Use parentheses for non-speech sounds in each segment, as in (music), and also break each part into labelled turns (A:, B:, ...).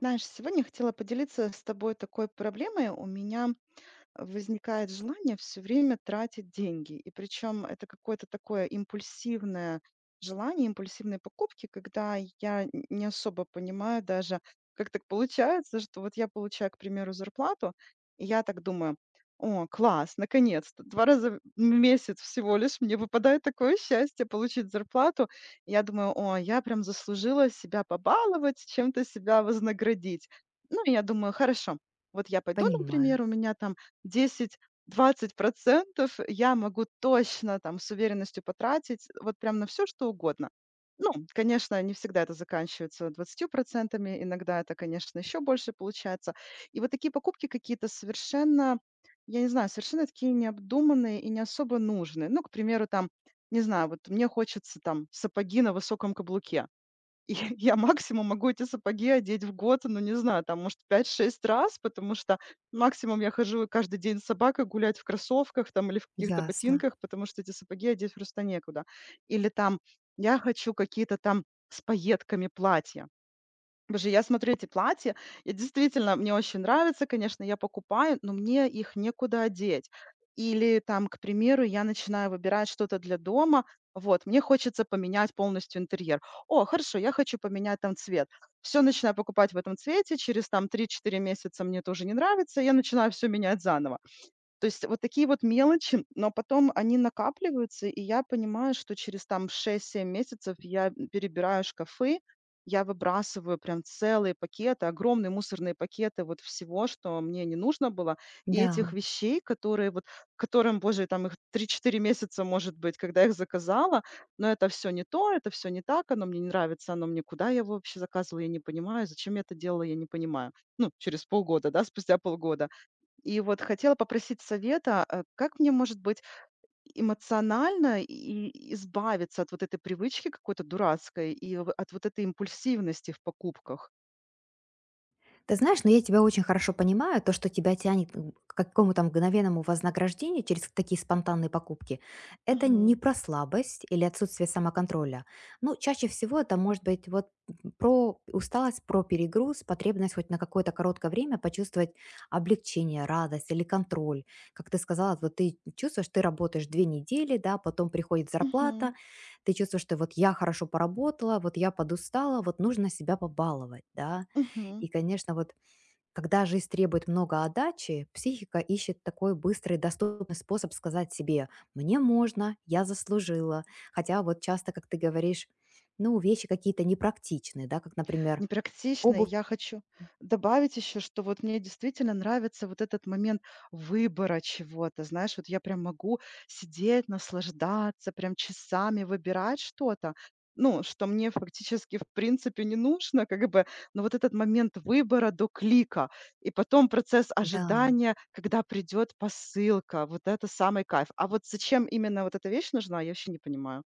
A: Знаешь, сегодня хотела поделиться с тобой такой проблемой. У меня возникает желание все время тратить деньги. И причем это какое-то такое импульсивное желание, импульсивные покупки, когда я н не особо понимаю даже, как так получается, что вот я получаю, к примеру, зарплату, и я так думаю: "О, класс, наконец-то 2 раза в месяц всего лишь мне выпадает такое счастье получить зарплату". Я думаю: "О, я прям заслужила себя побаловать, чем-то себя вознаградить". Ну, и я думаю: "Хорошо, вот я пойду,
B: Понимаю,
A: например, у меня там 10-20% я могу точно там с уверенностью потратить вот прям на все что угодно. Ну, конечно, не всегда это заканчивается 20%, иногда это, конечно, еще больше получается. И вот такие покупки какие-то совершенно, я не знаю, совершенно такие необдуманные и не особо нужные. Ну, к примеру, там, не знаю, вот мне хочется там сапоги на высоком каблуке. И (laughs) я максимум могу эти сапоги одеть в год, ну, не знаю, там, может, 5-6 раз, потому что максимум я хожу каждый день с собакой гулять в кроссовках там или в каких-то
B: ясно.
A: ботинках, потому что эти сапоги одеть просто некуда. Или там я хочу какие-то там с пайетками платья. Боже, я смотрю эти платья, и действительно, мне очень нравится, конечно, я покупаю, но мне их некуда одеть. Или там, к примеру, я начинаю выбирать что-то для дома, вот, мне хочется поменять полностью интерьер. О, хорошо, я хочу поменять там цвет. Все начинаю покупать в этом цвете, через там 3-4 месяца мне тоже не нравится, я начинаю все менять заново. То есть вот такие вот мелочи, но потом они накапливаются, и я понимаю, что через там 6-7 месяцев я перебираю шкафы, я выбрасываю прям целые пакеты, огромные мусорные пакеты вот всего, что мне не нужно было, и этих
B: Да.
A: вещей, которые вот, которым, боже, там их 3-4 месяца, может быть, когда я их заказала, но это все не то, это все не так, оно мне не нравится, оно мне куда я его вообще заказывала, я не понимаю, зачем я это делала, я не понимаю. Ну, через полгода, да, спустя полгода. И вот хотела попросить совета, как мне, может быть, эмоционально и избавиться от вот этой привычки какой-то дурацкой и от вот этой импульсивности в покупках?
B: Ты знаешь, но я тебя очень хорошо понимаю, то, что тебя тянет к какому-то мгновенному вознаграждению через такие спонтанные покупки, это не
A: Мгм.
B: про слабость или отсутствие самоконтроля. Ну, чаще всего это может быть вот про усталость, про перегруз, потребность хоть на какое-то короткое время почувствовать облегчение, радость или контроль. Как ты сказала, вот ты чувствуешь, ты работаешь 2 недели, да, потом приходит зарплата,
A: Мгм.
B: ты чувствуешь, что вот я хорошо поработала, вот я подустала, вот нужно себя побаловать, да.
A: Мгм.
B: И, конечно, вот когда жизнь требует много отдачи, психика ищет такой быстрый, доступный способ сказать себе «мне можно, я заслужила». Хотя вот часто, как ты говоришь, ну, вещи какие-то непрактичные, да, как, например,
A: Непрактично. И
B: обувь.
A: я хочу добавить еще, что вот мне действительно нравится вот этот момент выбора чего-то. Знаешь, вот я прям могу сидеть, наслаждаться, прям часами выбирать что-то, ну, что мне фактически в принципе не нужно, как бы, но вот этот момент выбора до клика, и потом процесс
B: Да,
A: ожидания, когда придет посылка, вот это самый кайф. А вот зачем именно вот эта вещь нужна, я вообще не понимаю.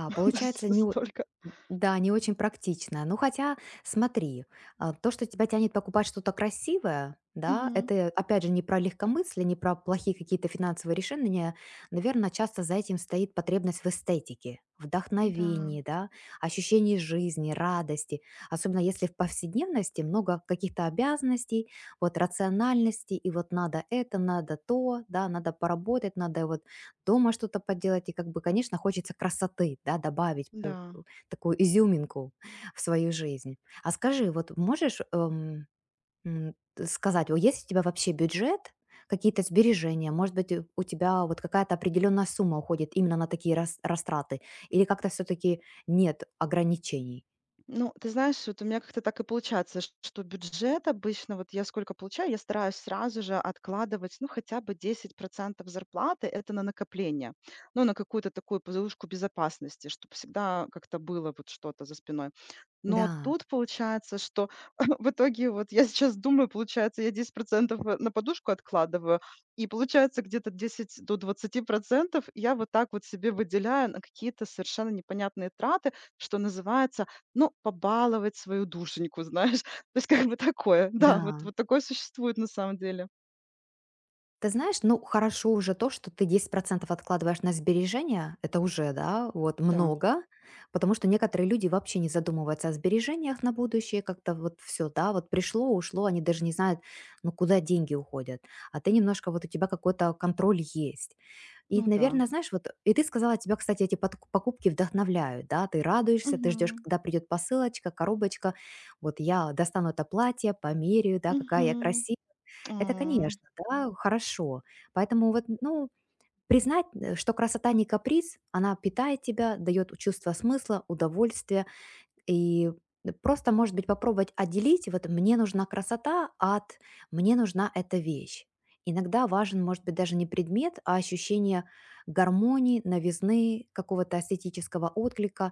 A: (laughs) То
B: получается
A: есть
B: не о,
A: столько.
B: да, не очень практично. Ну, хотя, смотри, а, то, что тебя тянет покупать что-то красивое, да,
A: Мгм.
B: это опять же не про легкомыслие, не про плохие какие-то финансовые решения. Наверное, часто за этим стоит потребность в эстетике,
A: Да,
B: вдохновении, да, ощущении жизни, радости. Особенно если в повседневности много каких-то обязанностей, вот рациональности, и вот надо это, надо то, да, надо поработать, надо вот дома что-то поделать. И как бы, конечно, хочется красоты, да, добавить
A: да.
B: такую изюминку в свою жизнь. А скажи, вот можешь сказать, о, есть у тебя вообще бюджет, какие-то сбережения, может быть, у тебя вот какая-то определенная сумма уходит именно на такие растраты, или как-то все-таки нет ограничений?
A: Ну, ты знаешь, вот у меня как-то так и получается, что бюджет обычно, вот я сколько получаю, я стараюсь сразу же откладывать, ну, хотя бы 10% зарплаты, это на накопление, ну, на какую-то такую подушку безопасности, чтобы всегда как-то было вот что-то за спиной. Но
B: Да,
A: тут получается, что (laughs) в итоге вот я сейчас думаю, получается, я 10 на подушку откладываю, и получается где-то 10 до 20% я вот так вот себе выделяю на какие-то совершенно непонятные траты, что называется, ну, побаловать свою душеньку, знаешь. (laughs) То есть как бы такое. Да, вот
B: да.
A: вот такое существует на самом деле.
B: Ты знаешь, ну, хорошо уже то, что ты 10% откладываешь на сбережения. Это уже, да, вот
A: Да,
B: много. Потому что некоторые люди вообще не задумываются о сбережениях на будущее. Как-то вот все, да, вот пришло, ушло, они даже не знают, ну, куда деньги уходят. А ты немножко, вот у тебя какой-то контроль есть. И,
A: ну да.
B: наверное, знаешь, вот и ты сказала, тебя, кстати, эти покупки вдохновляют, да, ты радуешься, ты ждешь,
A: Мгм.
B: когда придет посылочка, коробочка, вот я достану это платье, померяю, да, какая
A: Мгм.
B: я красивая. Это,
A: Ой.
B: конечно, да, хорошо. Поэтому вот, ну, признать, что красота не каприз, она питает тебя, дает чувство смысла, удовольствия, и просто, может быть, попробовать отделить вот «мне нужна красота» от «мне нужна эта вещь». Иногда важен, может быть, даже не предмет, а ощущение гармонии, новизны, какого-то эстетического отклика.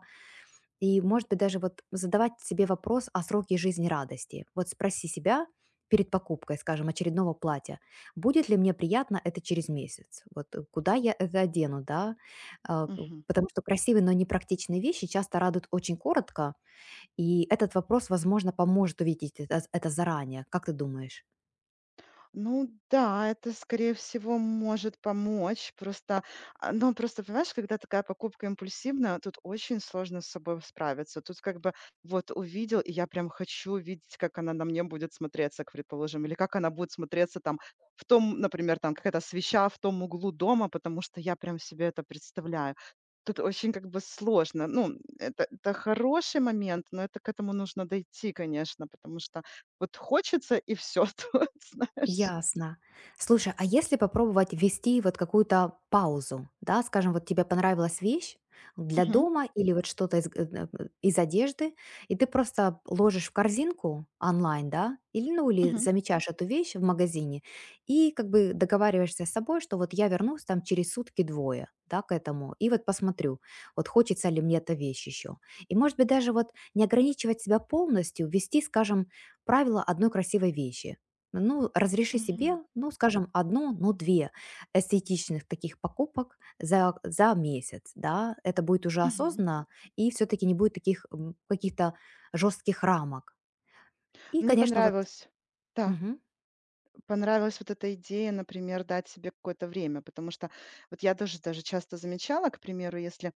B: И, может быть, даже вот задавать себе вопрос о сроке жизни радости. Вот спроси себя перед покупкой, скажем, очередного платья, будет ли мне приятно это через месяц? Вот куда я это одену, да? А,
A: Мгм.
B: потому что красивые, но непрактичные вещи часто радуют очень коротко, и этот вопрос, возможно, поможет увидеть это заранее. Как ты думаешь?
A: Ну да, это, скорее всего, может помочь. Просто, ну, просто, понимаешь, когда такая покупка импульсивная, тут очень сложно с собой справиться. Тут как бы вот увидел, и я прям хочу видеть, как она на мне будет смотреться, к предположим, или как она будет смотреться там в том, например, там какая-то свеча в том углу дома, потому что я прям себе это представляю. Тут очень как бы сложно. Ну, это хороший момент, но это к этому нужно дойти, конечно, потому что вот хочется и все (laughs) тут, знаешь.
B: Ясно. Слушай, а если попробовать ввести вот какую-то паузу, да, скажем, вот тебе понравилась вещь для
A: Мгм,
B: дома или вот что-то из, из одежды, и ты просто ложишь в корзинку онлайн, да, или, ну, или
A: мгм,
B: замечаешь эту вещь в магазине и как бы договариваешься с собой, что вот я вернусь там через сутки-двое, да, к этому, и вот посмотрю, вот хочется ли мне эта вещь еще. И, может быть, даже вот не ограничивать себя полностью, ввести, скажем, правило одной красивой вещи, ну, разреши
A: мгм,
B: себе, ну, скажем, одну, ну, 2 эстетичных таких покупок за месяц, да. Это будет уже
A: мгм.
B: осознанно, и все таки не будет таких, каких-то жестких рамок. И,
A: Мне
B: конечно, вот.
A: понравилось, да,
B: Мгм,
A: понравилась вот эта идея, например, дать себе какое-то время, потому что вот я тоже даже часто замечала, к примеру, если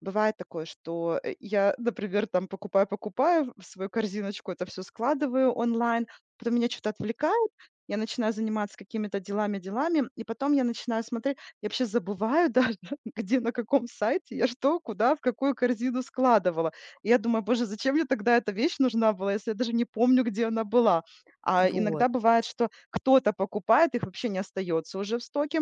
A: бывает такое, что, я, например, там покупаю-покупаю, в свою корзиночку это все складываю онлайн, потом меня что то отвлекает, я начинаю заниматься какими-то делами-делами, и потом я начинаю смотреть, я вообще забываю (laughs) даже, где, на каком сайте я что, куда, в какую корзину складывала. И я думаю: "Боже, зачем мне тогда эта вещь нужна была, если я даже не помню, где она была?" А
B: вот,
A: иногда бывает, что кто-то покупает, их вообще не остается уже в стоке.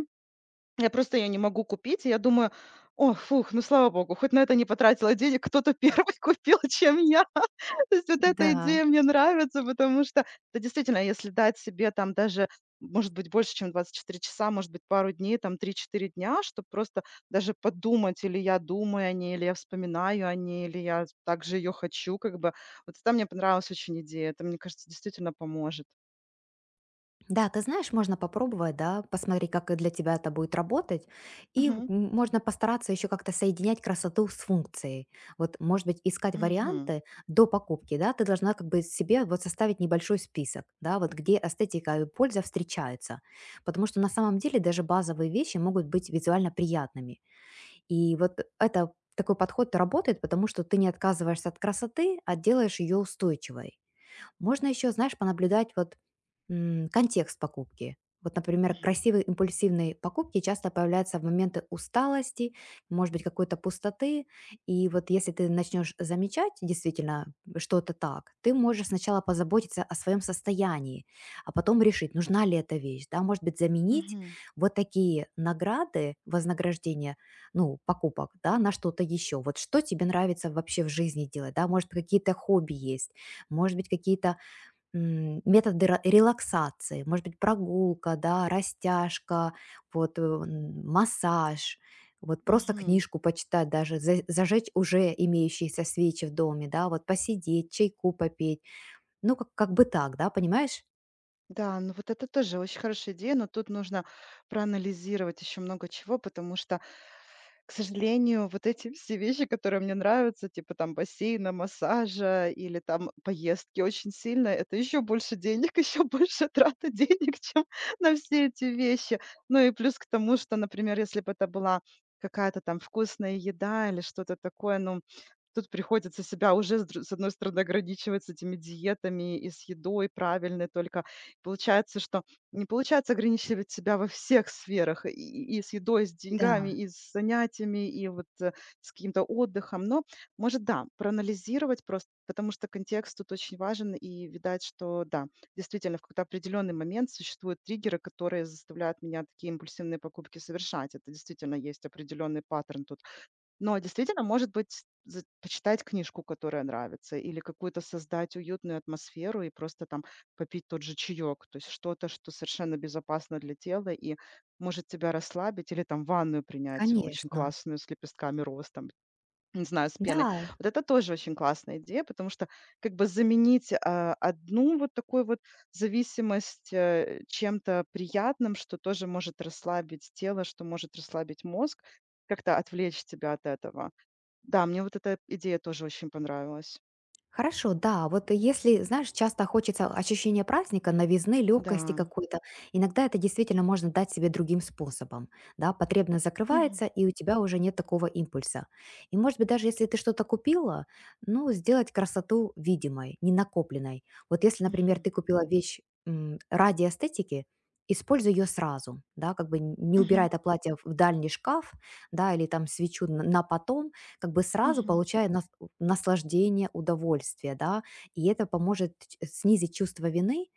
A: Я просто её не могу купить. И я думаю: "О, фух, ну, слава богу, хоть на это не потратила денег, кто-то первый (laughs) купил, чем я". (laughs) То есть вот эта
B: да.
A: идея мне нравится, потому что, да, действительно, если дать себе там даже, может быть, больше, чем 24 часа, может быть, пару дней, там 3-4 дня, чтобы просто даже подумать, или я думаю о ней, или я вспоминаю о ней, или я также ее хочу, как бы. Вот это мне понравилась очень идея. Это, мне кажется, действительно поможет.
B: Да, ты знаешь, можно попробовать, да, посмотреть, как и для тебя это будет работать, и
A: Мгм.
B: можно постараться еще как-то соединять красоту с функцией. Вот, может быть, искать
A: Мгм.
B: варианты до покупки, да, ты должна как бы себе вот составить небольшой список, да, вот где эстетика и польза встречаются, потому что на самом деле даже базовые вещи могут быть визуально приятными, и вот это такой подход работает, потому что ты не отказываешься от красоты, а делаешь ее устойчивой. Можно еще, знаешь, понаблюдать вот контекст покупки. Вот, например,
A: Мгм.
B: красивые импульсивные покупки часто появляются в моменты усталости, может быть, какой-то пустоты. И вот если ты начнешь замечать действительно что-то так, ты можешь сначала позаботиться о своем состоянии, а потом решить, нужна ли эта вещь. Да? Может быть, заменить
A: Мгм.
B: вот такие награды, вознаграждения, ну, покупок, да, на что-то еще. Вот что тебе нравится вообще в жизни делать, да, может, какие-то хобби есть, может быть, какие-то методы ра релаксации, может быть, прогулка, да, растяжка, вот, массаж, вот просто
A: Мгм.
B: книжку почитать даже, за зажечь уже имеющиеся свечи в доме, да, вот посидеть, чайку попить, ну, как бы так, да, понимаешь?
A: Да, ну вот это тоже очень хорошая идея, но тут нужно проанализировать еще много чего, потому что, к сожалению, вот эти все вещи, которые мне нравятся, типа там бассейна, массажа или там поездки очень сильно, это еще больше денег, (laughs) еще больше трата денег, чем на все эти вещи. Ну и плюс к тому, что, например, если бы это была какая-то там вкусная еда или что-то такое, ну, тут приходится себя уже, с одной стороны, ограничивать с этими диетами и с едой правильной только, получается, что не получается ограничивать себя во всех сферах: и с едой, с деньгами,
B: Да,
A: и с занятиями, и вот, с каким-то отдыхом. Но, может, да, проанализировать просто, потому что контекст тут очень важен, и видать, что да, действительно, в какой-то определенный момент существуют триггеры, которые заставляют меня такие импульсивные покупки совершать. Это действительно есть определенный паттерн тут. Но действительно, может быть, за почитать книжку, которая нравится, или какую-то создать уютную атмосферу и просто там попить тот же чаек. То есть что-то, что совершенно безопасно для тела и может тебя расслабить, или там ванную принять очень
B: конечно.
A: классную с лепестками роз там не знаю, с пеной.
B: Да.
A: Вот это тоже очень классная идея, потому что как бы заменить, одну вот такую вот зависимость, чем-то приятным, что тоже может расслабить тело, что может расслабить мозг, как-то отвлечь тебя от этого. Да, мне вот эта идея тоже очень понравилась.
B: Хорошо, да. Вот если, знаешь, часто хочется ощущения праздника, новизны, легкости
A: Да.
B: какой-то, иногда это действительно можно дать себе другим способом. Да, потребность
A: Мгм.
B: закрывается, и у тебя уже нет такого импульса. И, может быть, даже если ты что-то купила, ну, сделать красоту видимой, не накопленной. Вот если, например,
A: Мгм.
B: ты купила вещь ради эстетики, используй ее сразу, да, как бы не убирай
A: Мгм.
B: это платье в дальний шкаф, да, или там свечу на потом, как бы сразу
A: Мгм.
B: получая наслаждение, удовольствие, да, и это поможет снизить чувство вины,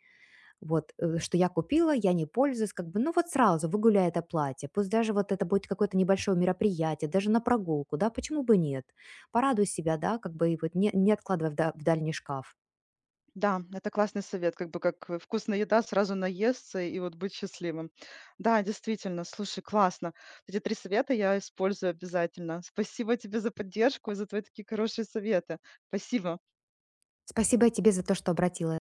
B: вот, что я купила, я не пользуюсь, как бы, ну вот сразу выгуляй это платье, пусть даже вот это будет какое-то небольшое мероприятие, даже на прогулку, да, почему бы нет? Порадуй себя, да, как бы, и вот не откладывай в в дальний шкаф.
A: Да, это классный совет, как бы как, вкусная еда, сразу наесться и вот быть счастливым. Да, действительно, слушай, классно. Эти 3 совета я использую обязательно. Спасибо тебе за поддержку и за твои такие хорошие советы. Спасибо.
B: Спасибо тебе за то, что обратила